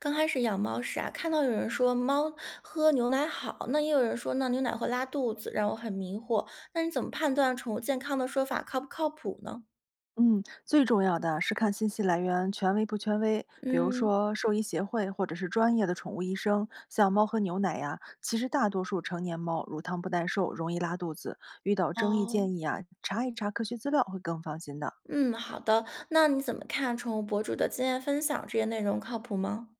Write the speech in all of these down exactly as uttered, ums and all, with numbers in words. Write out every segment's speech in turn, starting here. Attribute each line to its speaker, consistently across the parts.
Speaker 1: 刚开始养猫时啊，看到有人说猫喝牛奶好，那也有人说那牛奶会拉肚子，让我很迷惑。那你怎么判断宠物健康的说法靠不靠谱呢？
Speaker 2: 嗯，最重要的是看信息来源权威不权威，比如
Speaker 1: 嗯。
Speaker 2: 说兽医协会或者是专业的宠物医生。像猫和牛奶呀、其实大多数成年猫乳糖不耐受，容易拉肚子。遇到争议
Speaker 1: 哦。
Speaker 2: 建议啊，查一查科学资料会更放心的。
Speaker 1: 嗯，好的。那你怎么看宠物博主的经验分享这些内容靠谱吗？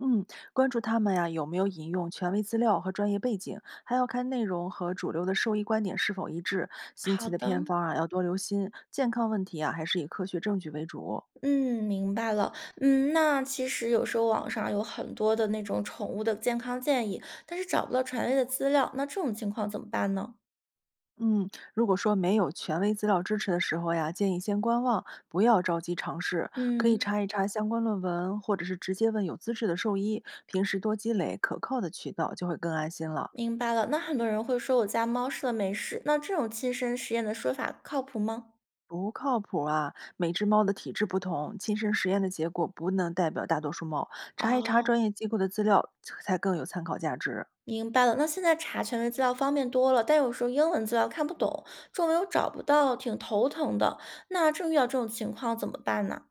Speaker 2: 嗯，关注它们呀有没有引用权威资料和专业背景，还要看内容和主流的兽医观点是否一致。新
Speaker 1: 好
Speaker 2: 奇的
Speaker 1: 的，
Speaker 2: 偏方啊要多留心，健康问题啊还是以科学证据为主。
Speaker 1: 嗯，明白了。嗯，那其实有时候网上有很多的那种宠物的健康建议，但是找不到权威的资料，那这种情况怎么办呢？
Speaker 2: 嗯，如果说没有权威资料支持的时候呀，建议先观望，不要着急尝试，可以
Speaker 1: 嗯。
Speaker 2: 查一查相关论文，或者是直接问有资质的兽医。平时多积累可靠的渠道，就会更安心了。
Speaker 1: 明白了。那很多人会说我家猫吃了没事，那这种亲身实验的说法靠谱吗？
Speaker 2: 不靠谱啊！每只猫的体质不同，亲身实验的结果不能代表大多数猫。查一查
Speaker 1: 哦，
Speaker 2: 专业机构的资料，才更有参考价值。
Speaker 1: 明白了。那现在查权威资料方便多了，但有时候英文资料看不懂，中文又找不到，挺头疼的。那正遇到这种情况怎么办呢？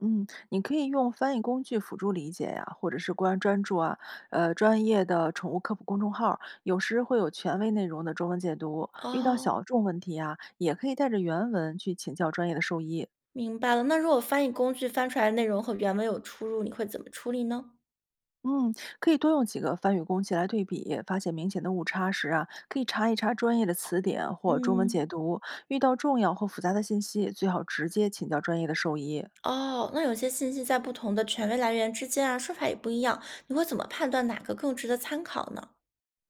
Speaker 2: 嗯，你可以用翻译工具辅助理解呀、或者是关专注啊，呃，专业的宠物科普公众号儿有时会有权威内容的中文解读。遇到
Speaker 1: 哦，
Speaker 2: 小众问题啊，也可以带着原文去请教专业的兽医。
Speaker 1: 明白了。那如果翻译工具翻出来的内容和原文有出入，你会怎么处理呢？
Speaker 2: 嗯，可以多用几个翻译工具来对比，发现明显的误差时啊，可以查一查专业的词典或中文解
Speaker 1: 嗯。
Speaker 2: 读。遇到重要或复杂的信息，最好直接请教专业的兽医。
Speaker 1: 哦，那有些信息在不同的权威来源之间啊，说法也不一样，你会怎么判断哪个更值得参考呢？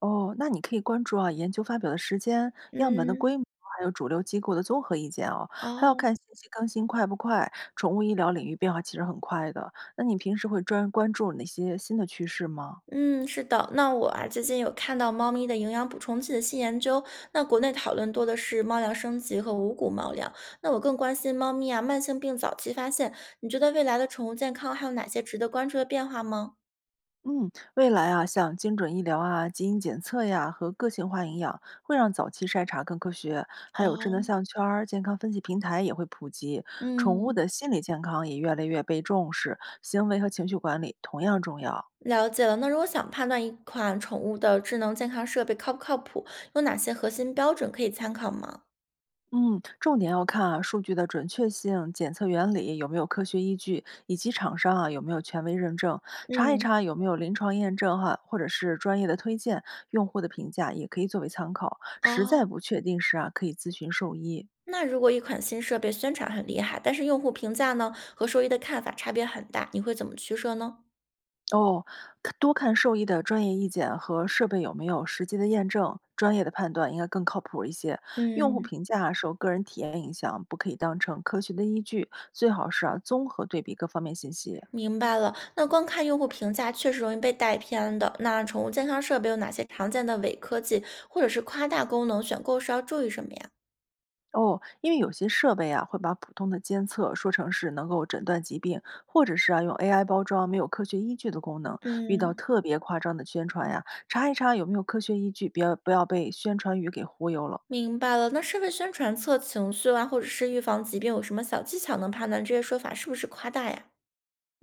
Speaker 2: 哦，那你可以关注啊，研究发表的时间、样本的
Speaker 1: 嗯。
Speaker 2: 规模，还有主流机构的综合意见哦，还要
Speaker 1: 哦。
Speaker 2: 看信息更新快不快。宠物医疗领域变化其实很快的，那你平时会专关注哪些新的趋势吗？
Speaker 1: 嗯，是的，那我啊最近有看到猫咪的营养补充剂的新研究，那国内讨论多的是猫粮升级和无谷猫粮，那我更关心猫咪啊慢性病早期发现，你觉得未来的宠物健康还有哪些值得关注的变化吗？
Speaker 2: 嗯，未来啊，像精准医疗啊、基因检测呀和个性化营养，会让早期筛查更科学，还有智能
Speaker 1: 哦。
Speaker 2: 项圈儿、健康分析平台也会普及，宠物
Speaker 1: 嗯，
Speaker 2: 的心理健康也越来越被重视，行为和情绪管理同样重要。
Speaker 1: 了解了。那如果想判断一款宠物的智能健康设备靠不靠谱，有哪些核心标准可以参考吗？
Speaker 2: 嗯，重点要看啊数据的准确性、检测原理有没有科学依据，以及厂商啊有没有权威认证，查一
Speaker 1: 嗯。
Speaker 2: 查有没有临床验证哈、或者是专业的推荐，用户的评价也可以作为参考。实在
Speaker 1: 哦，
Speaker 2: 不确定时啊，可以咨询兽医
Speaker 1: 那如果一款新设备宣传很厉害，但是用户评价呢和兽医的看法差别很大，你会怎么取舍呢？
Speaker 2: 哦，看多看兽医的专业意见和设备有没有实际的验证，专业的判断应该更靠谱一些。用户
Speaker 1: 嗯，
Speaker 2: 评价受个人体验影响，不可以当成科学的依据，最好是啊综合对比各方面信息。
Speaker 1: 明白了。那光看用户评价确实容易被带偏的。那宠物健康设备有哪些常见的伪科技或者是夸大功能选购时要注意什么呀？
Speaker 2: 哦，因为有些设备啊，会把普通的监测说成是能够诊断疾病，或者是啊用 A I 包装没有科学依据的功能。遇到
Speaker 1: 嗯，
Speaker 2: 特别夸张的宣传呀，查一查有没有科学依据，别不要被宣传语给忽悠了。
Speaker 1: 明白了。那设备宣传测情绪啊，或者是预防疾病，有什么小技巧能判断这些说法是不是夸大呀？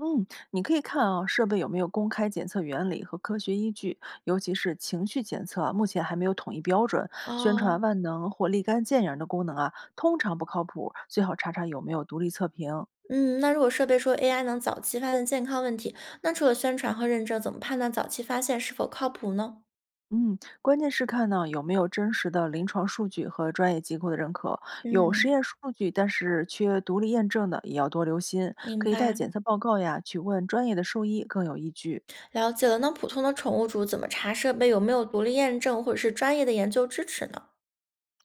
Speaker 2: 嗯，你可以看啊，设备有没有公开检测原理和科学依据，尤其是情绪检测啊，目前还没有统一标准。宣
Speaker 1: 哦。
Speaker 2: 传万能或立竿见影儿的功能啊，通常不靠谱，最好查查有没有独立测评。
Speaker 1: 嗯，那如果设备说 A I 能早期发现健康问题，那除了宣传和认证，怎么判断早期发现是否靠谱呢？
Speaker 2: 嗯，关键是看呢有没有真实的临床数据和专业机构的认可。有实
Speaker 1: 嗯，
Speaker 2: 验数据，但是缺独立验证的，也要多留心。
Speaker 1: 明
Speaker 2: 可以带
Speaker 1: 白。
Speaker 2: 检测报告呀，去问专业的兽医更有依据。
Speaker 1: 了解了。那普通的宠物主怎么查设备有没有独立验证或者是专业的研究支持呢？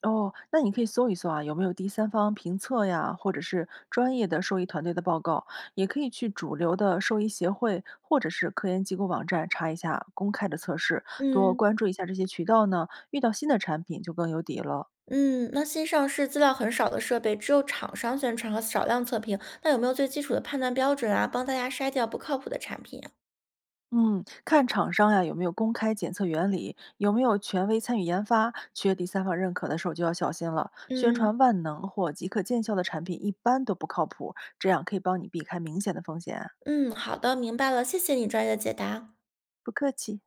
Speaker 2: 哦，那你可以搜一搜啊，有没有第三方评测呀，或者是专业的兽医团队的报告，也可以去主流的兽医协会或者是科研机构网站查一下公开的测试，多
Speaker 1: 嗯。
Speaker 2: 关注一下这些渠道呢，遇到新的产品就更有底了。
Speaker 1: 嗯，那新上市资料很少的设备，只有厂商宣传和少量测评，那有没有最基础的判断标准啊？帮大家筛掉不靠谱的产品啊。
Speaker 2: 嗯，看厂商呀有没有公开检测原理，有没有权威参与研发，缺第三方认可的时候就要小心了。宣
Speaker 1: 嗯，
Speaker 2: 传万能或即可见效的产品一般都不靠谱，这样可以帮你避开明显的风险啊。
Speaker 1: 嗯，好的，明白了，谢谢你专业的解答。
Speaker 2: 不客气。